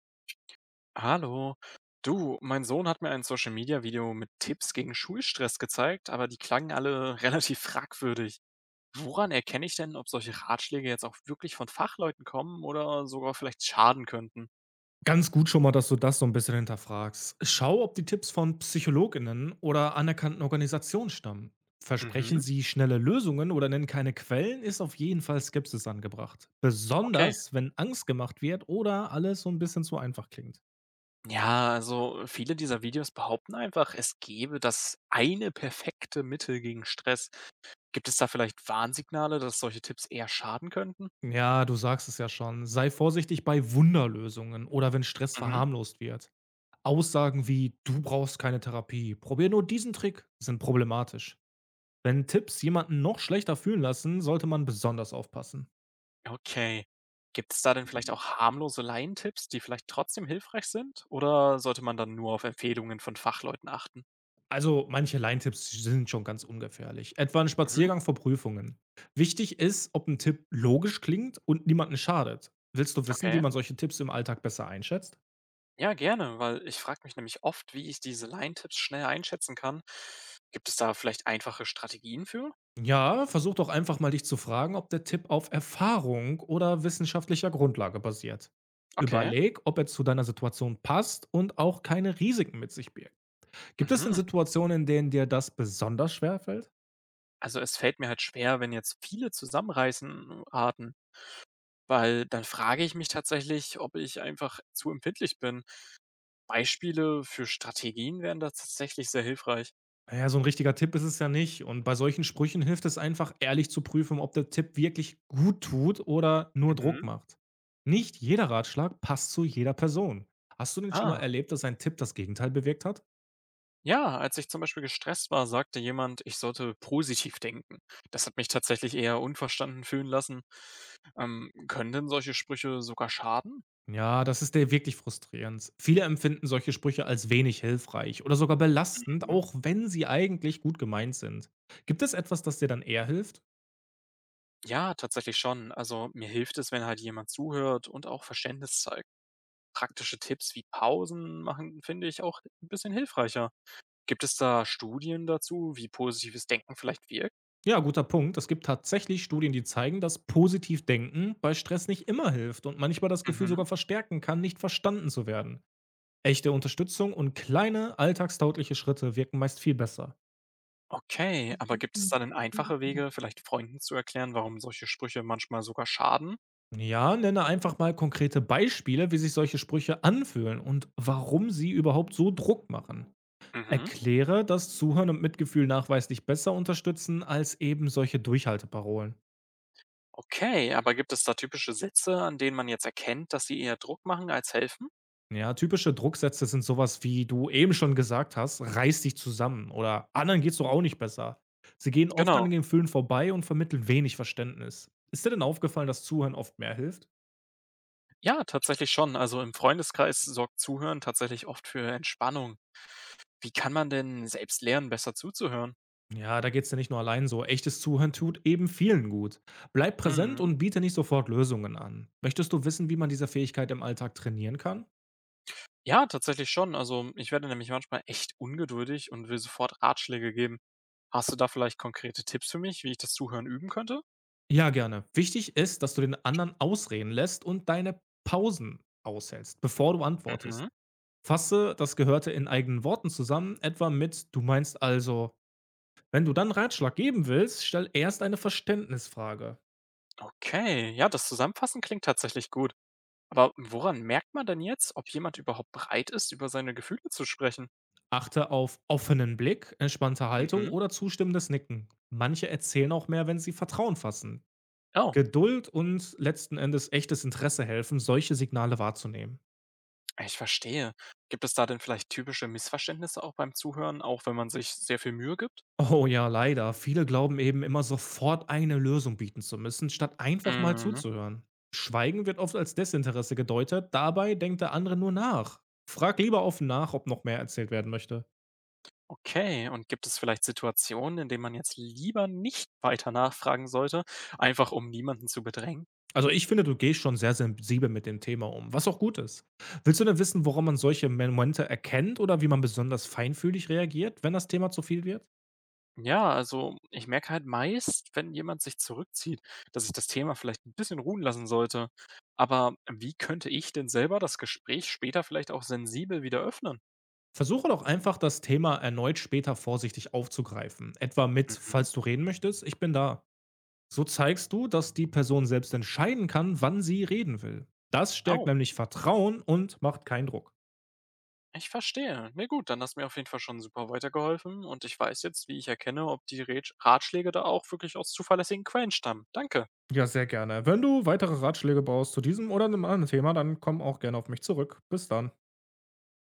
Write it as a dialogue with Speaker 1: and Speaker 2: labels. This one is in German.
Speaker 1: Hallo. Du, mein Sohn hat mir ein Social-Media-Video mit Tipps gegen Schulstress gezeigt, aber die klangen alle relativ fragwürdig. Woran erkenne ich denn, ob solche Ratschläge jetzt auch wirklich von Fachleuten kommen oder sogar vielleicht schaden könnten?
Speaker 2: Ganz gut schon mal, dass du das so ein bisschen hinterfragst. Schau, ob die Tipps von Psychologinnen oder anerkannten Organisationen stammen. Versprechen
Speaker 1: Mhm,
Speaker 2: sie schnelle Lösungen oder nennen keine Quellen, ist auf jeden Fall Skepsis angebracht.
Speaker 1: okay.
Speaker 2: Besonders, wenn Angst gemacht wird oder alles so ein bisschen zu einfach klingt.
Speaker 1: Ja, also viele dieser Videos behaupten einfach, es gäbe das eine perfekte Mittel gegen Stress. Gibt es da vielleicht Warnsignale, dass solche Tipps eher schaden könnten?
Speaker 2: Ja, du sagst es ja schon. Sei vorsichtig bei Wunderlösungen oder wenn Stress
Speaker 1: Mhm.
Speaker 2: verharmlost wird. Aussagen wie „Du brauchst keine Therapie. Probier nur diesen Trick“, sind problematisch. Wenn Tipps jemanden noch schlechter fühlen lassen, sollte man besonders aufpassen.
Speaker 1: Okay, gibt es da denn vielleicht auch harmlose Laientipps, die vielleicht trotzdem hilfreich sind? Oder sollte man dann nur auf Empfehlungen von Fachleuten achten?
Speaker 2: Also, manche Laientipps sind schon ganz ungefährlich. Etwa ein
Speaker 1: Mhm,
Speaker 2: Spaziergang vor Prüfungen. Wichtig ist, ob ein Tipp logisch klingt und niemanden schadet. Willst du wissen, wie
Speaker 1: okay.
Speaker 2: man solche Tipps im Alltag besser einschätzt?
Speaker 1: Ja, gerne, weil ich frage mich nämlich oft, wie ich diese Laientipps schnell einschätzen kann. Gibt es da vielleicht einfache Strategien für?
Speaker 2: Ja, versuch doch einfach mal dich zu fragen, ob der Tipp auf Erfahrung oder wissenschaftlicher Grundlage basiert.
Speaker 1: Okay.
Speaker 2: Überleg, ob er zu deiner Situation passt und auch keine Risiken mit sich birgt. Gibt es denn
Speaker 1: Mhm.
Speaker 2: Situationen, in denen dir das besonders schwer fällt?
Speaker 1: Also es fällt mir halt schwer, wenn jetzt viele zusammenreißen Arten, weil dann frage ich mich tatsächlich, ob ich einfach zu empfindlich bin. Beispiele für Strategien wären da tatsächlich sehr hilfreich.
Speaker 2: Na ja, so ein richtiger Tipp ist es ja nicht. Und bei solchen Sprüchen hilft es einfach, ehrlich zu prüfen, ob der Tipp wirklich gut tut oder nur Druck
Speaker 1: Mhm.
Speaker 2: macht. Nicht jeder Ratschlag passt zu jeder Person. Hast du denn schon mal
Speaker 1: Ah,
Speaker 2: erlebt, dass ein Tipp das Gegenteil bewirkt hat?
Speaker 1: ja, als ich zum Beispiel gestresst war, sagte jemand, ich sollte positiv denken. Das hat mich tatsächlich eher unverstanden fühlen lassen. Können denn solche Sprüche sogar schaden?
Speaker 2: Ja, das ist ja wirklich frustrierend. Viele empfinden solche Sprüche als wenig hilfreich oder sogar belastend,
Speaker 1: Mhm.
Speaker 2: auch wenn sie eigentlich gut gemeint sind. Gibt es etwas, das dir dann eher hilft?
Speaker 1: Ja, tatsächlich schon. Also mir hilft es, wenn halt jemand zuhört und auch Verständnis zeigt. Praktische Tipps wie Pausen machen, finde ich auch ein bisschen hilfreicher. Gibt es da Studien dazu, wie positives Denken vielleicht wirkt?
Speaker 2: Ja, guter Punkt. Es gibt tatsächlich Studien, die zeigen, dass positiv denken bei Stress nicht immer hilft und manchmal das Gefühl
Speaker 1: Mhm.
Speaker 2: sogar verstärken kann, nicht verstanden zu werden. Echte Unterstützung und kleine alltagstaugliche Schritte wirken meist viel besser.
Speaker 1: Okay, aber gibt es da denn einfache Wege, vielleicht Freunden zu erklären, warum solche Sprüche manchmal sogar schaden?
Speaker 2: Ja, nenne einfach mal konkrete Beispiele, wie sich solche Sprüche anfühlen und warum sie überhaupt so Druck machen.
Speaker 1: Mhm.
Speaker 2: Erkläre, dass Zuhören und Mitgefühl nachweislich besser unterstützen als eben solche Durchhalteparolen.
Speaker 1: Okay, aber gibt es da typische Sätze, an denen man jetzt erkennt, dass sie eher Druck machen als helfen?
Speaker 2: Ja, typische Drucksätze sind sowas wie du eben schon gesagt hast: „Reiß dich zusammen“ oder „anderen geht's doch auch nicht besser.“ Sie gehen oft an den
Speaker 1: Genau.
Speaker 2: Gefühlen vorbei und vermitteln wenig Verständnis. Ist dir denn aufgefallen, dass Zuhören oft mehr hilft?
Speaker 1: Ja, tatsächlich schon. Also im Freundeskreis sorgt Zuhören tatsächlich oft für Entspannung. Wie kann man denn selbst lernen, besser zuzuhören?
Speaker 2: Ja, da geht's dir nicht nur allein so. Echtes Zuhören tut eben vielen gut. Bleib präsent
Speaker 1: Mhm.
Speaker 2: und biete nicht sofort Lösungen an. Möchtest du wissen, wie man diese Fähigkeit im Alltag trainieren kann?
Speaker 1: Ja, tatsächlich schon. Also ich werde nämlich manchmal echt ungeduldig und will sofort Ratschläge geben. Hast du da vielleicht konkrete Tipps für mich, wie ich das Zuhören üben könnte?
Speaker 2: Ja, gerne. Wichtig ist, dass du den anderen ausreden lässt und deine Pausen aushältst, bevor du antwortest.
Speaker 1: Mhm.
Speaker 2: Fasse das Gehörte in eigenen Worten zusammen, etwa mit „Du meinst also“. Wenn du dann Ratschlag geben willst, stell erst eine Verständnisfrage.
Speaker 1: Okay, ja, das Zusammenfassen klingt tatsächlich gut. Aber woran merkt man denn jetzt, ob jemand überhaupt bereit ist, über seine Gefühle zu sprechen?
Speaker 2: Achte auf offenen Blick, entspannte Haltung
Speaker 1: Mhm.
Speaker 2: oder zustimmendes Nicken. Manche erzählen auch mehr, wenn sie Vertrauen fassen.
Speaker 1: Oh,
Speaker 2: Geduld und letzten Endes echtes Interesse helfen, solche Signale wahrzunehmen.
Speaker 1: ich verstehe. Gibt es da denn vielleicht typische Missverständnisse auch beim Zuhören, auch wenn man sich sehr viel Mühe gibt?
Speaker 2: Oh ja, leider. Viele glauben eben immer sofort eine Lösung bieten zu müssen, statt einfach mal
Speaker 1: Mhm.
Speaker 2: zuzuhören. Schweigen wird oft als Desinteresse gedeutet, dabei denkt der andere nur nach. Frag lieber offen nach, ob noch mehr erzählt werden möchte.
Speaker 1: Okay, und gibt es vielleicht Situationen, in denen man jetzt lieber nicht weiter nachfragen sollte, einfach um niemanden zu bedrängen?
Speaker 2: Also ich finde, du gehst schon sehr sensibel mit dem Thema um, was auch gut ist. Willst du denn wissen, woran man solche Momente erkennt oder wie man besonders feinfühlig reagiert, wenn das Thema zu viel wird?
Speaker 1: Ja, also ich merke halt meist, wenn jemand sich zurückzieht, dass ich das Thema vielleicht ein bisschen ruhen lassen sollte. Aber wie könnte ich denn selber das Gespräch später vielleicht auch sensibel wieder öffnen?
Speaker 2: Versuche doch einfach, das Thema erneut später vorsichtig aufzugreifen. Etwa mit,
Speaker 1: Mhm.
Speaker 2: falls du reden möchtest, ich bin da. So zeigst du, dass die Person selbst entscheiden kann, wann sie reden will. Das stärkt
Speaker 1: Oh.
Speaker 2: nämlich Vertrauen und macht keinen Druck.
Speaker 1: Ich verstehe. Na gut, dann hast du mir auf jeden Fall schon super weitergeholfen und ich weiß jetzt, wie ich erkenne, ob die Rätsch Ratschläge da auch wirklich aus zuverlässigen Quellen stammen. Danke.
Speaker 2: Ja, sehr gerne. Wenn du weitere Ratschläge brauchst zu diesem oder einem anderen Thema, dann komm auch gerne auf mich zurück. Bis dann.